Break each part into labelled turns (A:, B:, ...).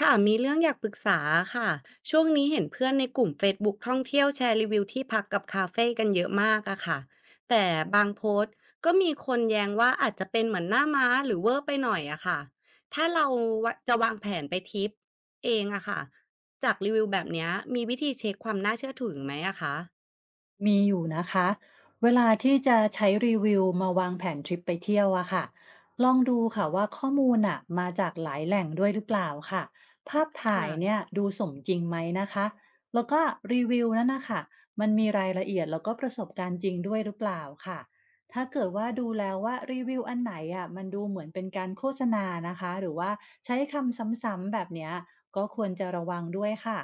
A: ค่ะมีเรื่องอยากปรึกษาค่ะช่วงนี้เห็นเพื่อนในกลุ่ม Facebook ท่องเที่ยวแชร์รีวิวที่พักกับคาเฟ่กันเยอะมากอะค่ะแต่บางโพสต์ก็มีคนแย้งว่าอาจจะเป็นเหมือนหน้าม้าหรือเวอร์ไปหน่อยอะค่ะถ้าเราวะจะวางแผนไปทริปเองอะค่ะจากรีวิวแบบเนี้ยมีวิธีเช็คความน่าเชื่อถือไหมอะคะ
B: มีอยู่นะคะเวลาที่จะใช้รีวิวมาวางแผนทริปไปเที่ยวอะค่ะลองดูค่ะว่าข้อมูลอะมาจากหลายแหล่งด้วยหรือเปล่าค่ะภาพถ่าย
A: ค่ะ
B: เนี่ยดูสมจริงไหมนะคะแล้วก็รีวิวนั่นนะคะมันมีรายละเอียดแล้วก็ประสบการณ์จริงด้วยหรือเปล่าค่ะถ้าเกิดว่าดูแล้วว่ารีวิวอันไหนอะมันดูเหมือนเป็นการโฆษณานะคะหรือว่าใช้คำซ้ำๆแบบเนี้ยก็ควรจะระวังด้วยค่ะ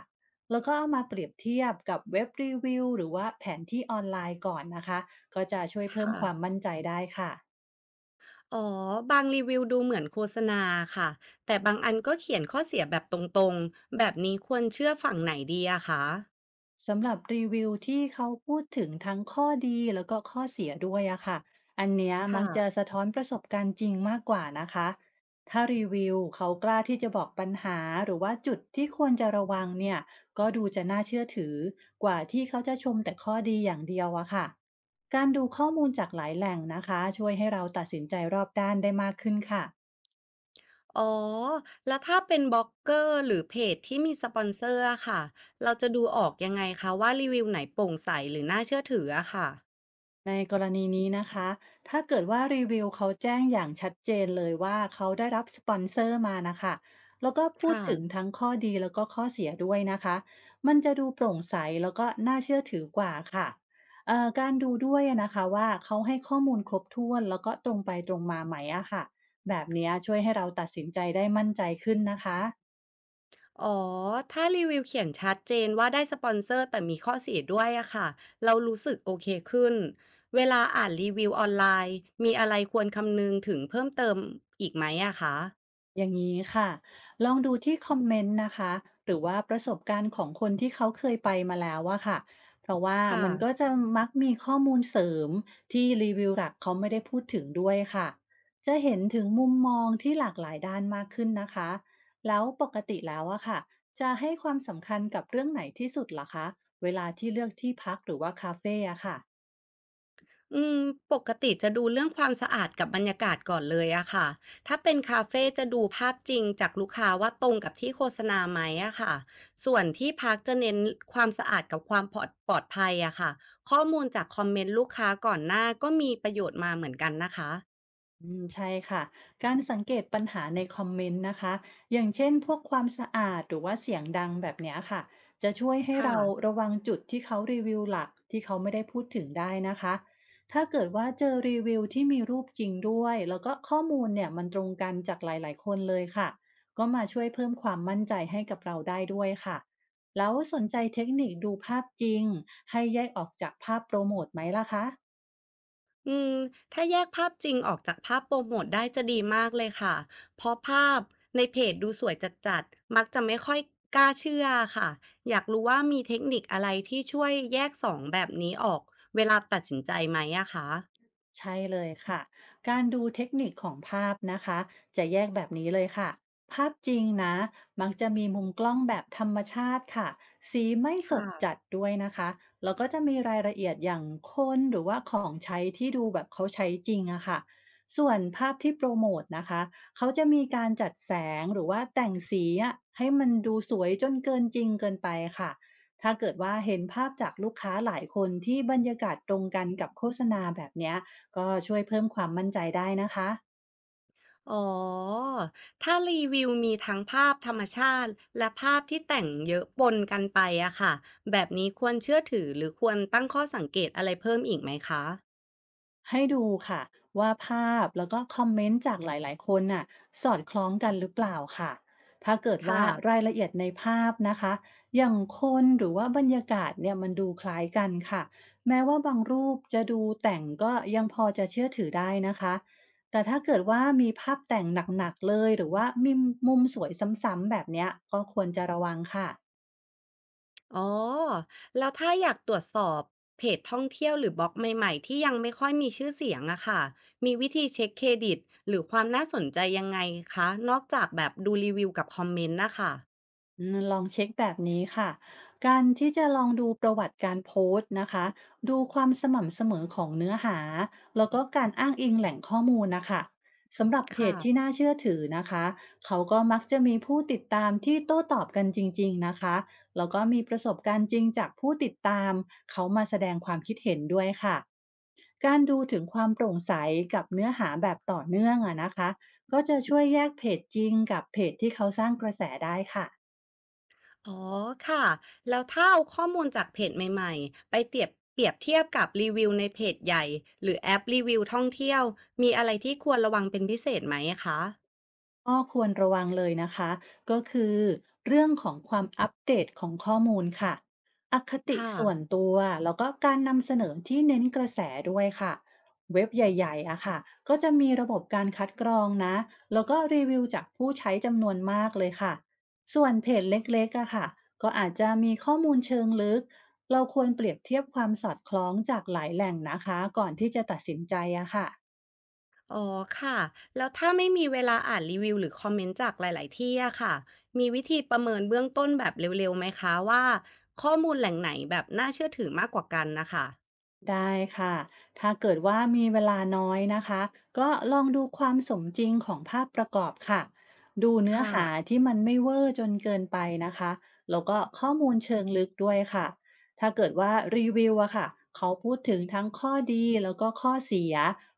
B: แล้วก็เอามาเปรียบเทียบกับเว็บรีวิวหรือว่าแผนที่ออนไลน์ก่อนนะคะก็จะช่วยเพิ่ม
A: ค่ะ
B: ความมั่นใจได้ค่ะ
A: อ๋อบางรีวิวดูเหมือนโฆษณาค่ะแต่บางอันก็เขียนข้อเสียแบบตรงๆแบบนี้ควรเชื่อฝั่งไหนดีอะคะ
B: สำหรับรีวิวที่เขาพูดถึงทั้งข้อดีแล้วก็ข้อเสียด้วยอะค่ะอันเนี้ยมั
A: ค่ะ
B: กจะสะท้อนประสบการณ์จริงมากกว่านะคะถ้ารีวิวเขากล้าที่จะบอกปัญหาหรือว่าจุดที่ควรจะระวังเนี่ยก็ดูจะน่าเชื่อถือกว่าที่เขาจะชมแต่ข้อดีอย่างเดียวอะค่ะการดูข้อมูลจากหลายแหล่งนะคะช่วยให้เราตัดสินใจรอบด้านได้มากขึ้นค่ะ
A: อ๋อ แล้วถ้าเป็นบล็อกเกอร์หรือเพจที่มีสปอนเซอร์อะค่ะเราจะดูออกยังไงคะว่ารีวิวไหนโปร่งใสหรือน่าเชื่อถืออะค่ะ
B: ในกรณีนี้นะคะถ้าเกิดว่ารีวิวเขาแจ้งอย่างชัดเจนเลยว่าเขาได้รับสปอนเซอร์มานะคะแล้วก็
A: ค
B: พูดถึง
A: ่ะ
B: ทั้งข้อดีแล้วก็ข้อเสียด้วยนะคะมันจะดูโปร่งใสแล้วก็น่าเชื่อถือกว่าค่ะการดูด้วยนะคะว่าเขาให้ข้อมูลครบถ้วนแล้วก็ตรงไปตรงมาไหมอะค่ะแบบเนี้ยช่วยให้เราตัดสินใจได้มั่นใจขึ้นนะคะ
A: อ๋อ ถ้ารีวิวเขียนชัดเจนว่าได้สปอนเซอร์แต่มีข้อเสียด้วยอะค่ะเรารู้สึกโอเคขึ้น เวลาอ่านรีวิวออนไลน์ มีอะไรควรคำนึงถึงเพิ่มเติมอีกไหมอะคะ
B: อย่างนี้ค่ะ ลองดูที่คอมเมนต์นะคะหรือว่าประสบการณ์ของคนที่เขาเคยไปมาแล้วอะค่ะเพราะว่า
A: ค่ะ
B: มันก็จะมักมีข้อมูลเสริมที่รีวิวหลักเขาไม่ได้พูดถึงด้วยค่ะจะเห็นถึงมุมมองที่หลากหลายด้านมากขึ้นนะคะแล้วปกติแล้วอะค่ะจะให้ความสำคัญกับเรื่องไหนที่สุดล่ะคะเวลาที่เลือกที่พักหรือว่าคาเฟ่อะค่ะ
A: อืมปกติจะดูเรื่องความสะอาดกับบรรยากาศก่อนเลยอะค่ะถ้าเป็นคาเฟจะดูภาพจริงจากลูกค้าว่าตรงกับที่โฆษณาไหมอะค่ะส่วนที่พักจะเน้นความสะอาดกับความปลอดภัยอะค่ะข้อมูลจากคอมเมนต์ลูกค้าก่อนหน้าก็มีประโยชน์มาเหมือนกันนะคะ
B: อืมใช่ค่ะการสังเกตปัญหาในคอมเมนต์นะคะอย่างเช่นพวกความสะอาดหรือว่าเสียงดังแบบเนี้ยค่ะจะช่วยให้
A: ค่ะ
B: เราระวังจุดที่เขารีวิวหลักที่เขาไม่ได้พูดถึงได้นะคะถ้าเกิดว่าเจอรีวิวที่มีรูปจริงด้วยแล้วก็ข้อมูลเนี่ยมันตรงกันจากหลายๆคนเลยค่ะก็มาช่วยเพิ่มความมั่นใจให้กับเราได้ด้วยค่ะแล้วสนใจเทคนิคดูภาพจริงให้แยกออกจากภาพโปรโมทไหมล่ะคะ
A: อืมถ้าแยกภาพจริงออกจากภาพโปรโมทได้จะดีมากเลยค่ะ เพราะภาพในเพจดูสวยจัดๆมักจะไม่ค่อยกล้าเชื่อค่ะ อยากรู้ว่ามีเทคนิคอะไรที่ช่วยแยกสองแบบนี้ออกเวลาตัดสินใจไหมอะคะ
B: ใช่เลยค่ะการดูเทคนิคของภาพนะคะจะแยกแบบนี้เลยค่ะภาพจริงนะมักจะมีมุมกล้องแบบธรรมชาติค่ะสีไม่ส
A: ค่ะ
B: ดจัดด้วยนะคะแล้วก็จะมีรายละเอียดอย่างคนหรือว่าของใช้ที่ดูแบบเขาใช้จริงอะค่ะส่วนภาพที่โปรโมทนะคะเขาจะมีการจัดแสงหรือว่าแต่งสีอะให้มันดูสวยจนเกินจริงเกินไปค่ะถ้าเกิดว่าเห็นภาพจากลูกค้าหลายคนที่บรรยากาศตรงกันกับโฆษณาแบบเนี้ย ก็ช่วยเพิ่มความมั่นใจได้นะคะ
A: อ๋อถ้ารีวิวมีทั้งภาพธรรมชาติและภาพที่แต่งเยอะปนกันไปอะค่ะแบบนี้ควรเชื่อถือหรือควรตั้งข้อสังเกตอะไรเพิ่มอีกไหมคะ
B: ให้ดูค่ะว่าภาพแล้วก็คอมเมนต์จากหลายๆคนน่ะสอดคล้องกันหรือเปล่าค่ะถ้าเกิด
A: ค่ะ
B: ว่ารายละเอียดในภาพนะคะอย่างคนหรือว่าบรรยากาศเนี่ยมันดูคล้ายกันค่ะแม้ว่าบางรูปจะดูแต่งก็ยังพอจะเชื่อถือได้นะคะแต่ถ้าเกิดว่ามีภาพแต่งหนักๆเลยหรือว่ามีมุมสวยซ้ำๆแบบเนี้ยก็ควรจะระวังค่ะ
A: อ๋อแล้วถ้าอยากตรวจสอบเพจท่องเที่ยวหรือบล็อกใหม่ๆที่ยังไม่ค่อยมีชื่อเสียงอะค่ะมีวิธีเช็คเครดิตหรือความน่าสนใจยังไงคะนอกจากแบบดูรีวิวกับคอมเมนต์นะคะ
B: อืมลองเช็คแบบนี้ค่ะการที่จะลองดูประวัติการโพสต์นะคะดูความสม่ำเสมอของเนื้อหา แล้วก็การอ้างอิงแหล่งข้อมูลนะคะสำหรับเพจที่
A: ค่ะ
B: น่าเชื่อถือนะคะเขาก็มักจะมีผู้ติดตามที่โต้ตอบกันจริงๆนะคะแล้วก็มีประสบการณ์จริงจากผู้ติดตามเขามาแสดงความคิดเห็นด้วยค่ะการดูถึงความโปร่งใสกับเนื้อหาแบบต่อเนื่องอะนะคะก็จะช่วยแยกเพจจริงกับเพจที่เขาสร้างกระแสได้ค่ะ
A: อ๋อค่ะแล้วถ้าเอาข้อมูลจากเพจใหม่ๆไปเปรียบเทียบกับรีวิวในเพจใหญ่หรือแอปรีวิวท่องเที่ยวมีอะไรที่ควรระวังเป็นพิเศษไหมคะ
B: ก็ควรระวังเลยนะคะก็คือเรื่องของความอัปเดตของข้อมูลค่ะอคติ
A: ค่ะ
B: ส่วนตัวแล้วก็การนำเสนอที่เน้นกระแสด้วยค่ะเว็บใหญ่ๆอะค่ะก็จะมีระบบการคัดกรองนะแล้วก็รีวิวจากผู้ใช้จำนวนมากเลยค่ะส่วนเพจเล็กๆอะค่ะก็อาจจะมีข้อมูลเชิงลึกเราควรเปรียบเทียบความสอดคล้องจากหลายแหล่งนะคะก่อนที่จะตัดสินใจอะค่ะ
A: อ๋อค่ะแล้วถ้าไม่มีเวลาอ่านรีวิวหรือคอมเมนต์จากหลายๆที่อะค่ะมีวิธีประเมินเบื้องต้นแบบเร็วๆไหมคะว่าข้อมูลแหล่งไหนแบบน่าเชื่อถือมากกว่ากันนะคะ
B: ได้ค่ะถ้าเกิดว่ามีเวลาน้อยนะคะก็ลองดูความสมจริงของภาพประกอบค่ะดูเนื้อ
A: ค่ะ
B: หาที่มันไม่เวอร์จนเกินไปนะคะแล้วก็ข้อมูลเชิงลึกด้วยค่ะถ้าเกิดว่ารีวิวอะค่ะเขาพูดถึงทั้งข้อดีแล้วก็ข้อเสีย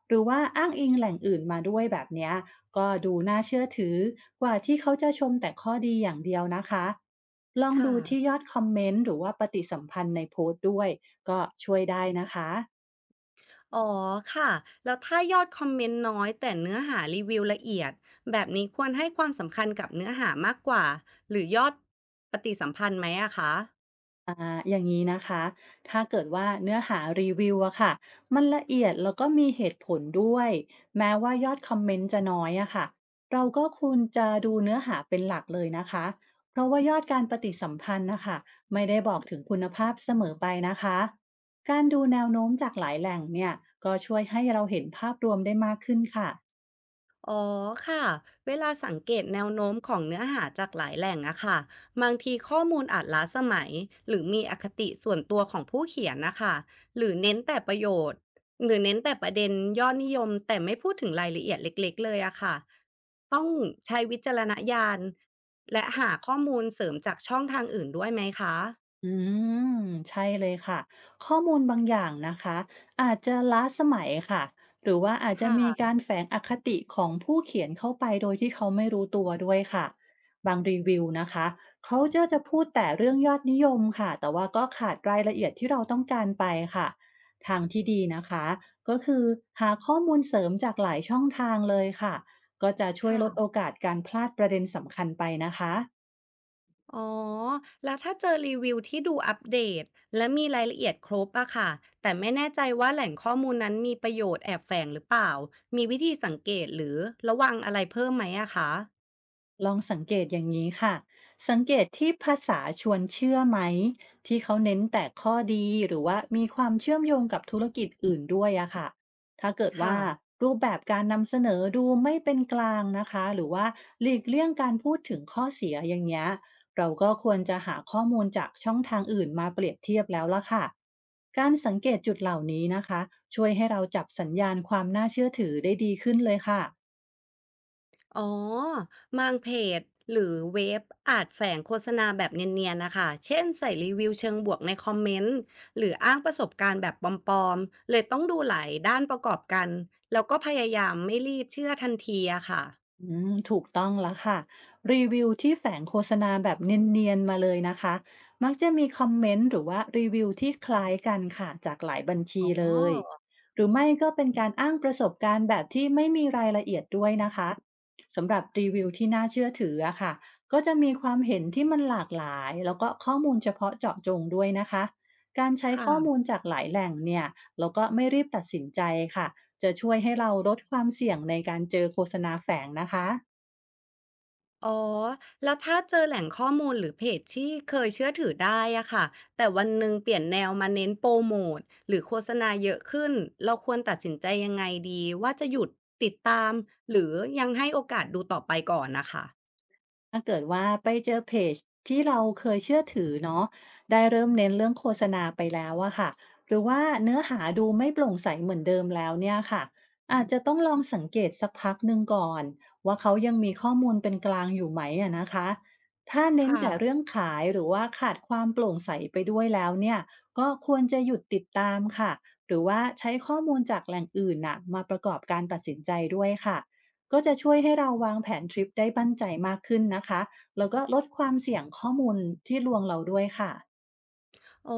B: หรือว่าอ้างอิงแหล่งอื่นมาด้วยแบบเนี้ยก็ดูน่าเชื่อถือกว่าที่เขาจะชมแต่ข้อดีอย่างเดียวนะคะ ลอง
A: ค่ะ
B: ดูที่ยอดคอมเมนต์หรือว่าปฏิสัมพันธ์ในโพสต์ด้วยก็ช่วยได้นะคะ
A: อ๋อค่ะแล้วถ้ายอดคอมเมนต์น้อยแต่เนื้อหารีวิวละเอียดแบบนี้ควรให้ความสำคัญกับเนื้อหามากกว่าหรือยอดปฏิสัมพันธ์ไหมอะคะ
B: อย่างนี้นะคะ ถ้าเกิดว่าเนื้อหารีวิวอะค่ะมันละเอียดแล้วก็มีเหตุผลด้วยแม้ว่ายอดคอมเมนต์จะน้อยอะค่ะเราก็ควรจะดูเนื้อหาเป็นหลักเลยนะคะ เพราะว่ายอดการปฏิสัมพันธ์นะคะไม่ได้บอกถึงคุณภาพเสมอไปนะคะการดูแนวโน้มจากหลายแหล่งเนี่ยก็ช่วยให้เราเห็นภาพรวมได้มากขึ้นค่ะ
A: อ๋อค่ะเวลาสังเกตแนวโน้มของเนื้อหาจากหลายแหล่งอะค่ะบางทีข้อมูลอาจล้าสมัยหรือมีอคติส่วนตัวของผู้เขียนนะคะหรือเน้นแต่ประโยชน์หรือเน้นแต่ประเด็นยอดนิยมแต่ไม่พูดถึงรายละเอียดเล็กๆเลยอะค่ะต้องใช้วิจารณญาณและหาข้อมูลเสริมจากช่องทางอื่นด้วยไหมคะ
B: อืมใช่เลยค่ะข้อมูลบางอย่างนะคะอาจจะล้าสมัยค่ะหรือว่าอาจจะมี
A: ค่ะ
B: การแฝงอคติของผู้เขียนเข้าไปโดยที่เขาไม่รู้ตัวด้วยค่ะบางรีวิวนะคะเขาจะพูดแต่เรื่องยอดนิยมค่ะแต่ว่าก็ขาดรายละเอียดที่เราต้องการไปค่ะทางที่ดีนะคะก็คือหาข้อมูลเสริมจากหลายช่องทางเลยค่ะก็จะช่วย
A: ค่ะ
B: ลดโอกาสการพลาดประเด็นสำคัญไปนะคะ
A: อ๋อ แล้วถ้าเจอรีวิวที่ดูอัปเดตและมีรายละเอียดครบอะค่ะแต่ไม่แน่ใจว่าแหล่งข้อมูลนั้นมีประโยชน์แอบแฝงหรือเปล่า มีวิธีสังเกตหรือระวังอะไรเพิ่มไหมอะคะ
B: ลองสังเกตอย่างนี้ค่ะ สังเกตที่ภาษาชวนเชื่อไหมที่เขาเน้นแต่ข้อดีหรือว่ามีความเชื่อมโยงกับธุรกิจอื่นด้วยอะค่ะ ถ้าเกิด
A: ค่ะ
B: ว่ารูปแบบการนำเสนอดูไม่เป็นกลางนะคะหรือว่าหลีกเลี่ยงการพูดถึงข้อเสียอย่างเงี้ยเราก็ควรจะหาข้อมูลจากช่องทางอื่นมาเปรียบเทียบแล้วละค่ะการสังเกตจุดเหล่านี้นะคะช่วยให้เราจับสัญญาณความน่าเชื่อถือได้ดีขึ้นเลยค่ะ
A: อ๋อบางเพจหรือเว็บอาจแฝงโฆษณาแบบเนียนๆนะคะ เช่นใส่รีวิวเชิงบวกในคอมเมนต์หรืออ้างประสบการณ์แบบปลอมๆเลยต้องดูหลายด้านประกอบกันแล้วก็พยายามไม่รีบเชื่อทันทีอะค่ะ
B: อืมถูกต้องแล้วค่ะรีวิวที่แฝงโฆษณาแบบเนียนๆมาเลยนะคะมักจะมีคอมเมนต์หรือว่ารีวิวที่คล้ายกันค่ะจากหลายบัญชี
A: อ๋
B: เลย
A: อ
B: หรือไม่ก็เป็นการอ้างประสบการณ์แบบที่ไม่มีรายละเอียดด้วยนะคะสำหรับรีวิวที่น่าเชื่อถืออะค่ะก็จะมีความเห็นที่มันหลากหลายแล้วก็ข้อมูลเฉพาะเจาะจงด้วยนะคะการใช้
A: ค่ะ
B: ข้อมูลจากหลายแหล่งเนี่ยแล้วก็ไม่รีบตัดสินใจค่ะ จะช่วยให้เราลดความเสี่ยงในการเจอโฆษณาแฝงนะคะ
A: อ๋อแล้วถ้าเจอแหล่งข้อมูลหรือเพจที่เคยเชื่อถือได้อะค่ะแต่วันหนึ่งเปลี่ยนแนวมาเน้นโปรโมทหรือโฆษณาเยอะขึ้นเราควรตัดสินใจยังไงดีว่าจะหยุดติดตามหรือยังให้โอกาสดูต่อไปก่อนนะคะ
B: ถ้าเกิดว่าไปเจอเพจที่เราเคยเชื่อถือเนาะได้เริ่มเน้นเรื่องโฆษณาไปแล้วอะค่ะหรือว่าเนื้อหาดูไม่โปร่งใสเหมือนเดิมแล้วเนี่ยค่ะอาจจะต้องลองสังเกตสักพักหนึ่งก่อนว่าเขายังมีข้อมูลเป็นกลางอยู่ไหมอะนะคะถ้าเน้น
A: ค่ะ
B: แต่เรื่องขายหรือว่าขาดความโปร่งใสไปด้วยแล้วเนี่ยก็ควรจะหยุดติดตามค่ะหรือว่าใช้ข้อมูลจากแหล่งอื่นน่ะมาประกอบการตัดสินใจด้วยค่ะ ก็จะช่วยให้เราวางแผนทริปได้บั้นใจมากขึ้นนะคะ แล้วก็ลดความเสี่ยงข้อมูลที่ลวงเราด้วยค่ะ
A: โอ้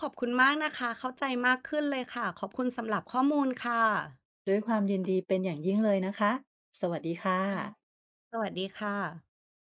A: ขอบคุณมากนะคะเข้าใจมากขึ้นเลยค่ะขอบคุณสำหรับข้อมูลค่ะ
B: ด้วยความยินดีเป็นอย่างยิ่งเลยนะคะ สวัสดีค่ะ
A: ค่ะสวัสดีค่ะ